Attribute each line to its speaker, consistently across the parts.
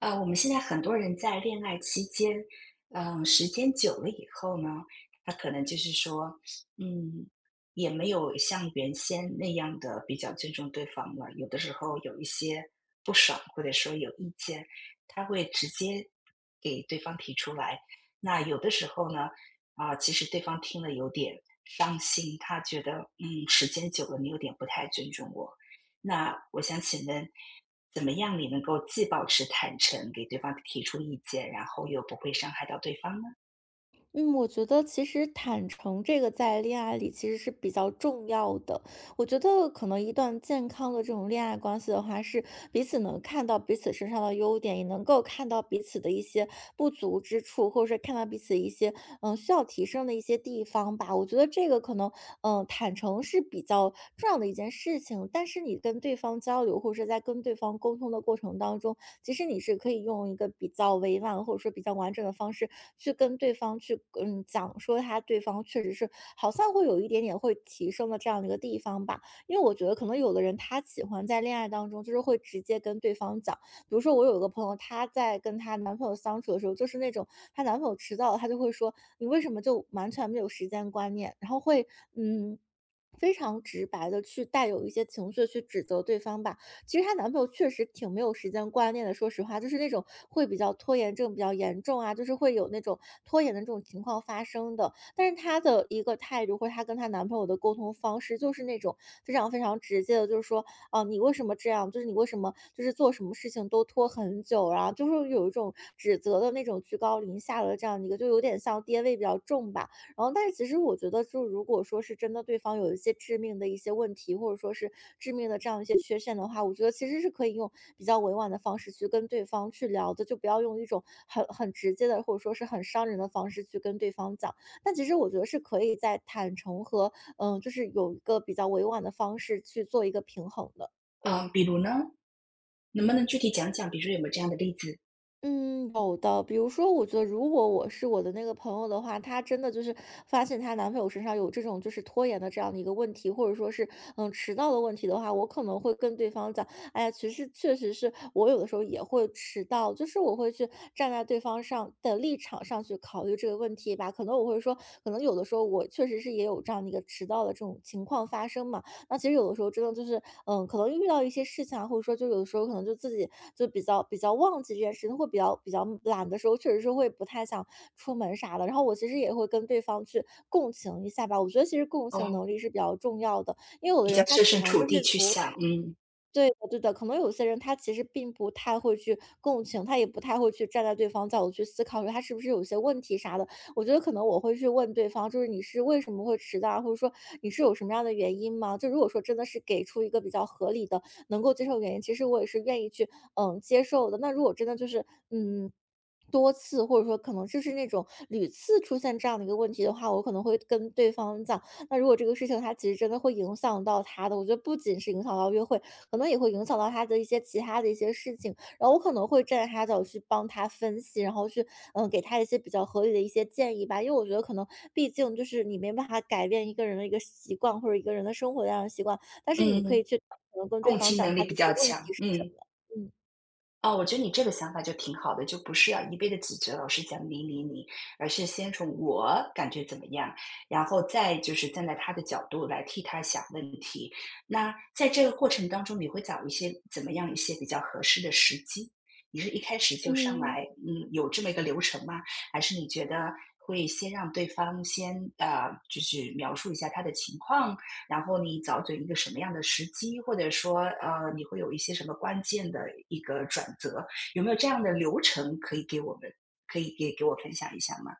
Speaker 1: 我们现在很多人在恋爱期间，时间久了以后呢，他可能就是说，嗯，也没有像原先那样的比较尊重对方了。有的时候有一些不爽，或者说有意见，他会直接给对方提出来。那有的时候呢，其实对方听了有点伤心，他觉得，时间久了你有点不太尊重我。那我想请问，怎么样你能够既保持坦诚，给对方提出意见，然后又不会伤害到对方呢？
Speaker 2: 嗯，我觉得其实坦诚这个在恋爱里其实是比较重要的。我觉得可能一段健康的这种恋爱关系的话，是彼此能看到彼此身上的优点，也能够看到彼此的一些不足之处，或者是看到彼此一些需要提升的一些地方吧。我觉得这个可能坦诚是比较这样的一件事情。但是你跟对方交流，或者是在跟对方沟通的过程当中，其实你是可以用一个比较委婉或者说比较完整的方式去跟对方去讲说他对方确实是好像会有一点点会提升的这样的一个地方吧。因为我觉得可能有的人他喜欢在恋爱当中就是会直接跟对方讲，比如说我有一个朋友，她在跟她男朋友相处的时候，就是那种她男朋友迟到了，她就会说你为什么就完全没有时间观念，然后会嗯。非常直白的去带有一些情绪去指责对方吧。其实她男朋友确实挺没有时间观念的，说实话，就是那种会比较拖延症比较严重啊，就是会有那种拖延的这种情况发生的。但是她的一个态度，或者她跟她男朋友的沟通方式，就是那种非常非常直接的，就是说，啊，你为什么这样？就是你为什么就是做什么事情都拖很久啊，然后就是有一种指责的那种居高临下的这样的一个，就有点像爹味比较重吧。然后但是其实我觉得，就如果说是真的对方有一些致命的一些问题，或者说是致命的这样一些缺陷的话，我觉得其实是可以用比较委婉的方式去跟对方去聊的，就不要用一种很直接的或者说是很伤人的方式去跟对方讲。但其实我觉得是可以在坦诚和就是有一个比较委婉的方式去做一个平衡的。
Speaker 1: 嗯，比如呢，能不能具体讲讲，比如说有没有这样的例子？
Speaker 2: 嗯，有的。比如说，我觉得如果我是我的那个朋友的话，她真的就是发现她男朋友身上有这种就是拖延的这样的一个问题，或者说是迟到的问题的话，我可能会跟对方讲，哎呀，其实确实是我有的时候也会迟到，就是我会去站在对方上的立场上去考虑这个问题吧。可能我会说，可能有的时候我确实是也有这样的一个迟到的这种情况发生嘛。那其实有的时候真的就是，嗯，可能遇到一些事情啊，或者说就有的时候可能就自己就比较忘记这件事情，会比较懒的时候，确实是会不太想出门啥的。然后我其实也会跟对方去共情一下吧，我觉得其实共情
Speaker 1: 哦，
Speaker 2: 能力是比较重要的，因为有
Speaker 1: 比
Speaker 2: 的
Speaker 1: 较
Speaker 2: 人他
Speaker 1: 设
Speaker 2: 可
Speaker 1: 身
Speaker 2: 能
Speaker 1: 处
Speaker 2: 就
Speaker 1: 地
Speaker 2: 是
Speaker 1: 去
Speaker 2: 不
Speaker 1: 想。
Speaker 2: 太
Speaker 1: 嗯
Speaker 2: 对的对的，可能有些人他其实并不太会去共情，他也不太会去站在对方角度去思考，说他是不是有些问题啥的。我觉得可能我会去问对方，就是你是为什么会迟到啊或者说你是有什么样的原因吗？就如果说真的是给出一个比较合理的、能够接受的原因，其实我也是愿意去接受的。那如果真的就是嗯。多次，或者说可能就是那种屡次出现这样的一个问题的话，我可能会跟对方讲，那如果这个事情他其实真的会影响到他的，我觉得不仅是影响到约会，可能也会影响到他的一些其他的一些事情。然后我可能会站在他角去帮他分析，然后去给他一些比较合理的一些建议吧。因为我觉得可能毕竟就是你没办法改变一个人的一个习惯或者一个人的生活的这样的习惯，但是你可
Speaker 1: 嗯，
Speaker 2: 以去可能跟对
Speaker 1: 共
Speaker 2: 方
Speaker 1: 情
Speaker 2: 讲
Speaker 1: 能力
Speaker 2: 他的
Speaker 1: 比
Speaker 2: 一些
Speaker 1: 较
Speaker 2: 问
Speaker 1: 强。
Speaker 2: 题是什么。
Speaker 1: 嗯。
Speaker 2: 嗯
Speaker 1: 哦，我觉得你这个想法就挺好的，就不是要一味的指责老师讲你你你，而是先从我感觉怎么样，然后再就是站在他的角度来替他想问题。那在这个过程当中，你会找一些怎么样一些比较合适的时机？你是一开始就上
Speaker 2: 嗯。
Speaker 1: 来，有这么一个流程吗？还是你觉得会先让对方先，就是描述一下他的情况，然后你找准一个什么样的时机，或者说你会有一些什么关键的一个转折，有没有这样的流程可以给我们，可以给我分享一下吗？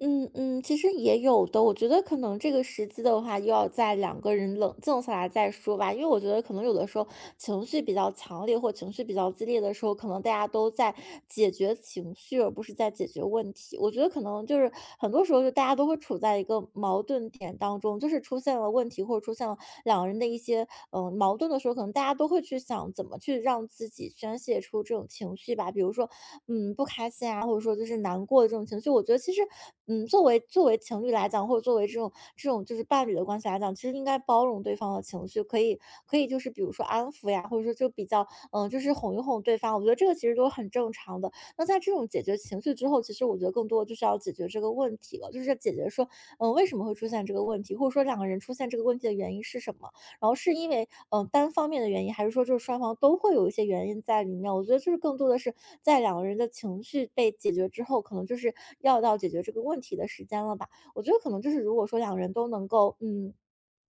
Speaker 2: 嗯嗯，其实也有的，我觉得可能这个时机的话，又要在两个人冷静下来再说吧。因为我觉得可能有的时候情绪比较强烈或情绪比较激烈的时候，可能大家都在解决情绪，而不是在解决问题。我觉得可能就是很多时候就大家都会处在一个矛盾点当中，就是出现了问题或者出现了两个人的一些些矛盾的时候，可能大家都会去想怎么去让自己宣泄出这种情绪吧。比如说，嗯，不开心啊，或者说就是难过的这种情绪，我觉得其实，嗯，作为情侣来讲，或者作为这种就是伴侣的关系来讲，其实应该包容对方的情绪，可以就是比如说安抚呀，或者说就比较就是哄一哄对方，我觉得这个其实都很正常的。那在这种解决情绪之后，其实我觉得更多的就是要解决这个问题了，就是解决说，嗯，为什么会出现这个问题，或者说两个人出现这个问题的原因是什么。然后是因为单方面的原因，还是说就是双方都会有一些原因在里面？我觉得就是更多的是在两个人的情绪被解决之后，可能就是要到解决这个问题的时间了吧。我觉得可能就是如果说两个人都能够嗯。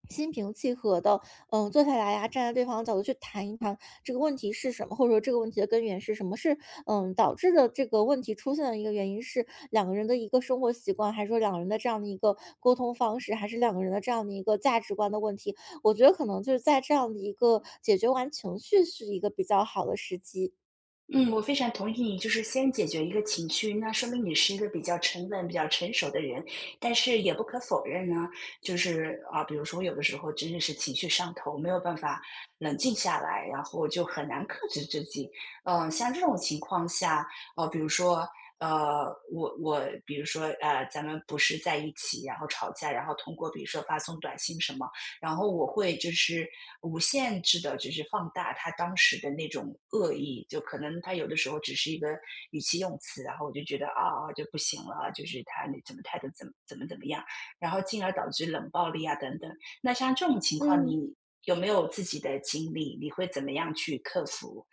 Speaker 2: 心平气和的，嗯，坐下来呀、站在对方的角度去谈一谈这个问题是什么，或者说这个问题的根源是什么，是导致的这个问题出现的一个原因是两个人的一个生活习惯，还是说两个人的这样的一个沟通方式，还是两个人的这样的一个价值观的问题？我觉得可能就是在这样的一个解决完情绪是一个比较好的时机。
Speaker 1: 嗯，我非常同意你，就是先解决一个情绪，那说明你是一个比较沉稳、比较成熟的人。但是也不可否认呢，就是啊，比如说我有的时候真的是情绪上头，没有办法冷静下来，然后就很难克制自己。嗯，像这种情况下，比如说，呃，我比如说，咱们不是在一起，然后吵架，然后通过比如说发送短信什么。然后我会就是无限制的，就是放大他当时的那种恶意，就可能他有的时候只是一个语气用词，然后我就觉得啊，啊就不行了，就是他那怎么态度怎么怎么怎么样，然后进而导致冷暴力啊等等。那像这种情况，
Speaker 2: 嗯。
Speaker 1: 你有没有自己的经历？你会怎么样去克服？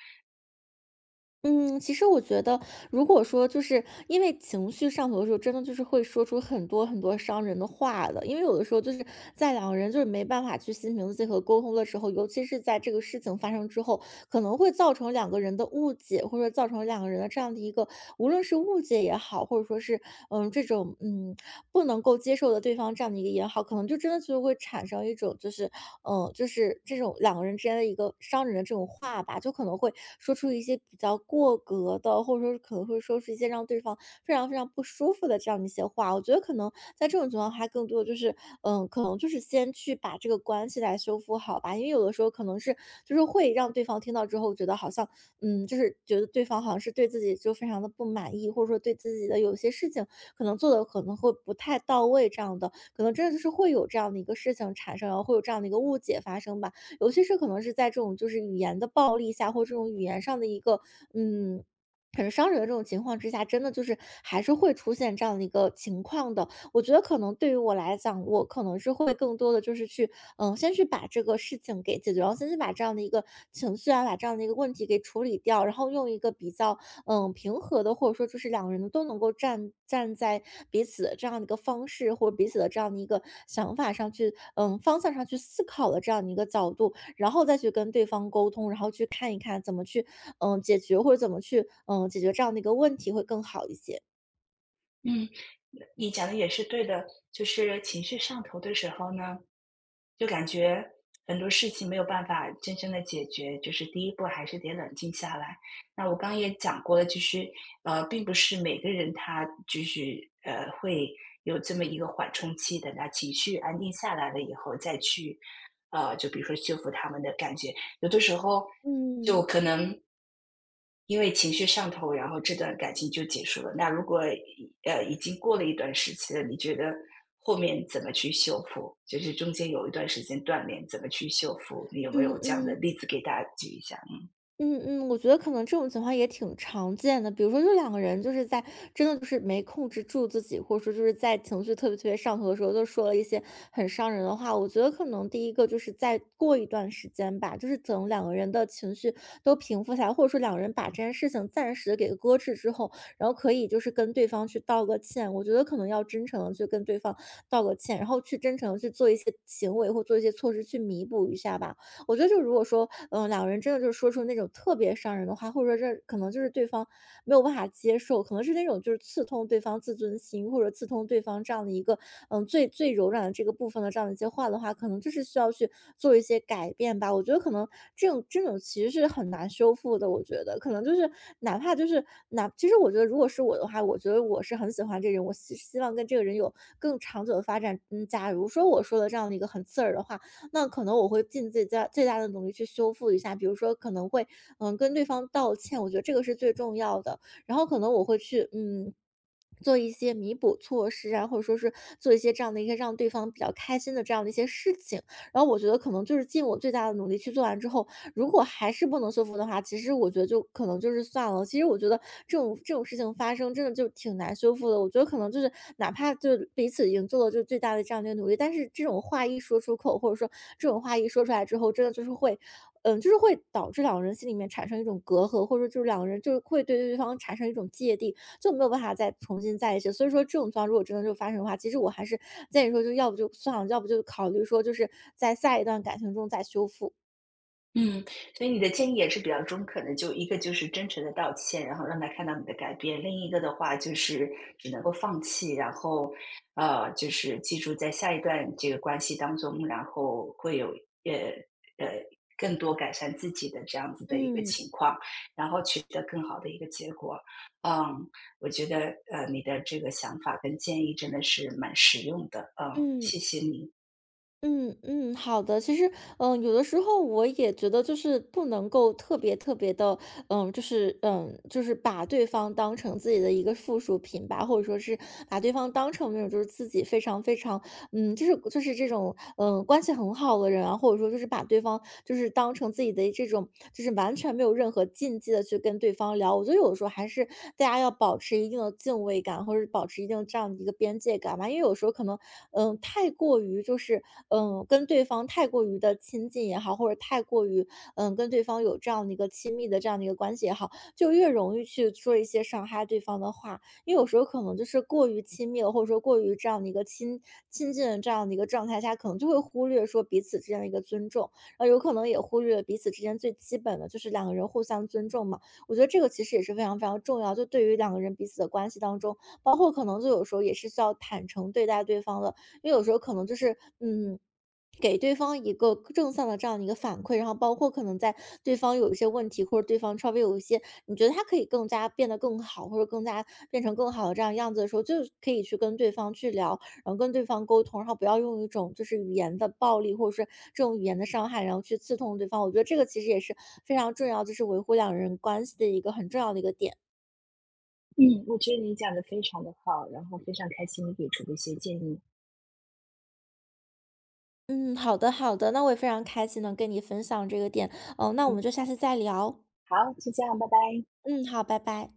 Speaker 2: 嗯，其实我觉得，如果说就是因为情绪上头的时候，真的就是会说出很多很多伤人的话的。因为有的时候就是在两个人就是没办法去心平气和沟通的时候，尤其是在这个事情发生之后，可能会造成两个人的误解，或者造成两个人的这样的一个，无论是误解也好，或者说是嗯这种嗯不能够接受的对方这样的一个也好，可能就真的就会产生一种就是就是这种两个人之间的一个伤人的这种话吧，就可能。可能会说出一些比较过格的，或者说是可能会说出一些让对方非常非常不舒服的这样的一些话。我觉得可能在这种情况下，更多的就是，可能就是先去把这个关系来修复好吧，因为有的时候可能是就是会让对方听到之后觉得好像，就是觉得对方好像是对自己就非常的不满意，或者说对自己的有些事情可能做的可能会不太到位这样的，可能真的就是会有这样的一个事情产生，然后会有这样的一个误解发生吧。尤其是可能是在这种就是语言的暴力下，或这种语言上的一个嗯。很伤人的这种情况之下，真的就是还是会出现这样的一个情况的。我觉得可能对于我来讲，我可能是会更多的就是去，先去把这个事情给解决，然后先去把这样的一个情绪啊，把这样的一个问题给处理掉，然后用一个比较，平和的，或者说就是两个人都能够站在彼此的这样的一个方式，或者彼此的这样的一个想法上去，方向上去思考的这样的一个角度，然后再去跟对方沟通，然后去看一看怎么去，解决或者怎么去，解决这样的一个问题会更好一些。
Speaker 1: 嗯，你讲的也是对的，就是情绪上头的时候呢。就感觉很多事情没有办法真正的解决，就是第一步还是得冷静下来。那我刚也讲过了，就是并不是每个人他就是会有这么一个缓冲期，等他情绪安定下来了以后再去，就比如说修复他们的感觉有的时候就
Speaker 2: 嗯
Speaker 1: 可能因为情绪上头，然后这段感情就结束了。那如果已经过了一段时期了，你觉得后面怎么去修复？就是中间有一段时间断联，怎么去修复？你有没有
Speaker 2: 嗯
Speaker 1: 这样的
Speaker 2: 嗯。
Speaker 1: 例子给大家举一下？
Speaker 2: 嗯嗯，我觉得可能这种情况也挺常见的。比如说，就两个人就是在真的就是没控制住自己，或者说就是在情绪特别特别上头的时候，就说了一些很伤人的话。我觉得可能第一个就是再过一段时间吧，就是等两个人的情绪都平复下来，或者说两个人把这件事情暂时的给搁置之后，然后可以就是跟对方去道个歉。我觉得可能要真诚的去跟对方道个歉，然后去真诚的去做一些行为或做一些措施去弥补一下吧。我觉得就如果说，两个人真的就是说出那种特别伤人的话，或者说这可能就是对方没有办法接受，可能是那种就是刺痛对方自尊心，或者刺痛对方这样的一个，最最柔软的这个部分的这样的一些话的话，可能就是需要去做一些改变吧。我觉得可能这种其实是很难修复的，我觉得可能就是哪怕就是哪，其实我觉得如果是我的话，我觉得我是很喜欢这个人，我希望跟这个人有更长久的发展。嗯，假如说我说的这样的一个很刺耳的话，那可能我会尽自己家最大的努力去修复一下，比如说可能会，跟对方道歉，我觉得这个是最重要的。然后可能我会去，做一些弥补措施啊，或者说是做一些这样的一些让对方比较开心的这样的一些事情，然后我觉得可能就是尽我最大的努力去做完之后，如果还是不能修复的话，其实我觉得就可能就是算了。其实我觉得这种事情发生真的就挺难修复的。我觉得可能就是哪怕就是彼此已经做了就最大的这样的一个努力，但是这种话一说出口，或者说这种话一说出来之后，真的就是会，就是会导致两个人心里面产生一种隔阂，或者说就是两个人就是会对对方产生一种芥蒂。就没有办法再重新在一起，所以说这种情况如果真的就发生的话，其实我还是建议说，就要不就算了，要不就考虑说，就是在下一段感情中再修复。
Speaker 1: 嗯，所以你的建议也是比较中肯的，就一个就是真诚的道歉，然后让他看到你的改变，另一个的话就是只能够放弃，然后，就是记住在下一段这个关系当中，然后会有呃呃更多改善自己的这样子的一个
Speaker 2: 嗯
Speaker 1: 情况，然后取得更好的一个结果。嗯，我觉得你的这个想法跟建议真的是蛮实用的，嗯，谢
Speaker 2: 嗯
Speaker 1: 谢你。
Speaker 2: 嗯嗯，好的。其实，有的时候我也觉得，就是不能够特别特别的，就是把对方当成自己的一个附属品吧，或者说是把对方当成那种就是自己非常非常就是就是这种，关系很好的人啊，或者说就是把对方就是当成自己的这种，就是完全没有任何禁忌的去跟对方聊。我觉得有的时候还是大家要保持一定的敬畏感，或者是保持一定这样的一个边界感吧。因为有时候可能，太过于就是，跟对方太过于的亲近也好，或者太过于，跟对方有这样的一个亲密的这样的一个关系也好，就越容易去说一些伤害对方的话。因为有时候可能就是过于亲密了，或者说过于这样的一个亲近的这样的一个状态下，可能就会忽略说彼此之间的一个尊重，然后有可能也忽略了彼此之间最基本的就是两个人互相尊重嘛。我觉得这个其实也是非常非常重要，就对于两个人彼此的关系当中，包括可能就有时候也是需要坦诚对待对方的，因为有时候可能就是给对方一个正向的这样的一个反馈，然后包括可能在对方有一些问题，或者对方稍微有一些，你觉得他可以更加变得更好，或者更加变成更好的这样样子的时候，就是可以去跟对方去聊，然后跟对方沟通，然后不要用一种就是语言的暴力，或者是这种语言的伤害，然后去刺痛对方。我觉得这个其实也是非常重要，就是维护两人关系的一个很重要的一个点。
Speaker 1: 嗯，我觉得你讲的非常的好，然后非常开心你给出的一些建议。
Speaker 2: 嗯，好的好的，那我也非常开心能跟你分享这个点，嗯、那我
Speaker 1: 嗯，
Speaker 2: 们就下次再聊。
Speaker 1: 好，就这样，拜拜。
Speaker 2: 嗯，好，拜拜。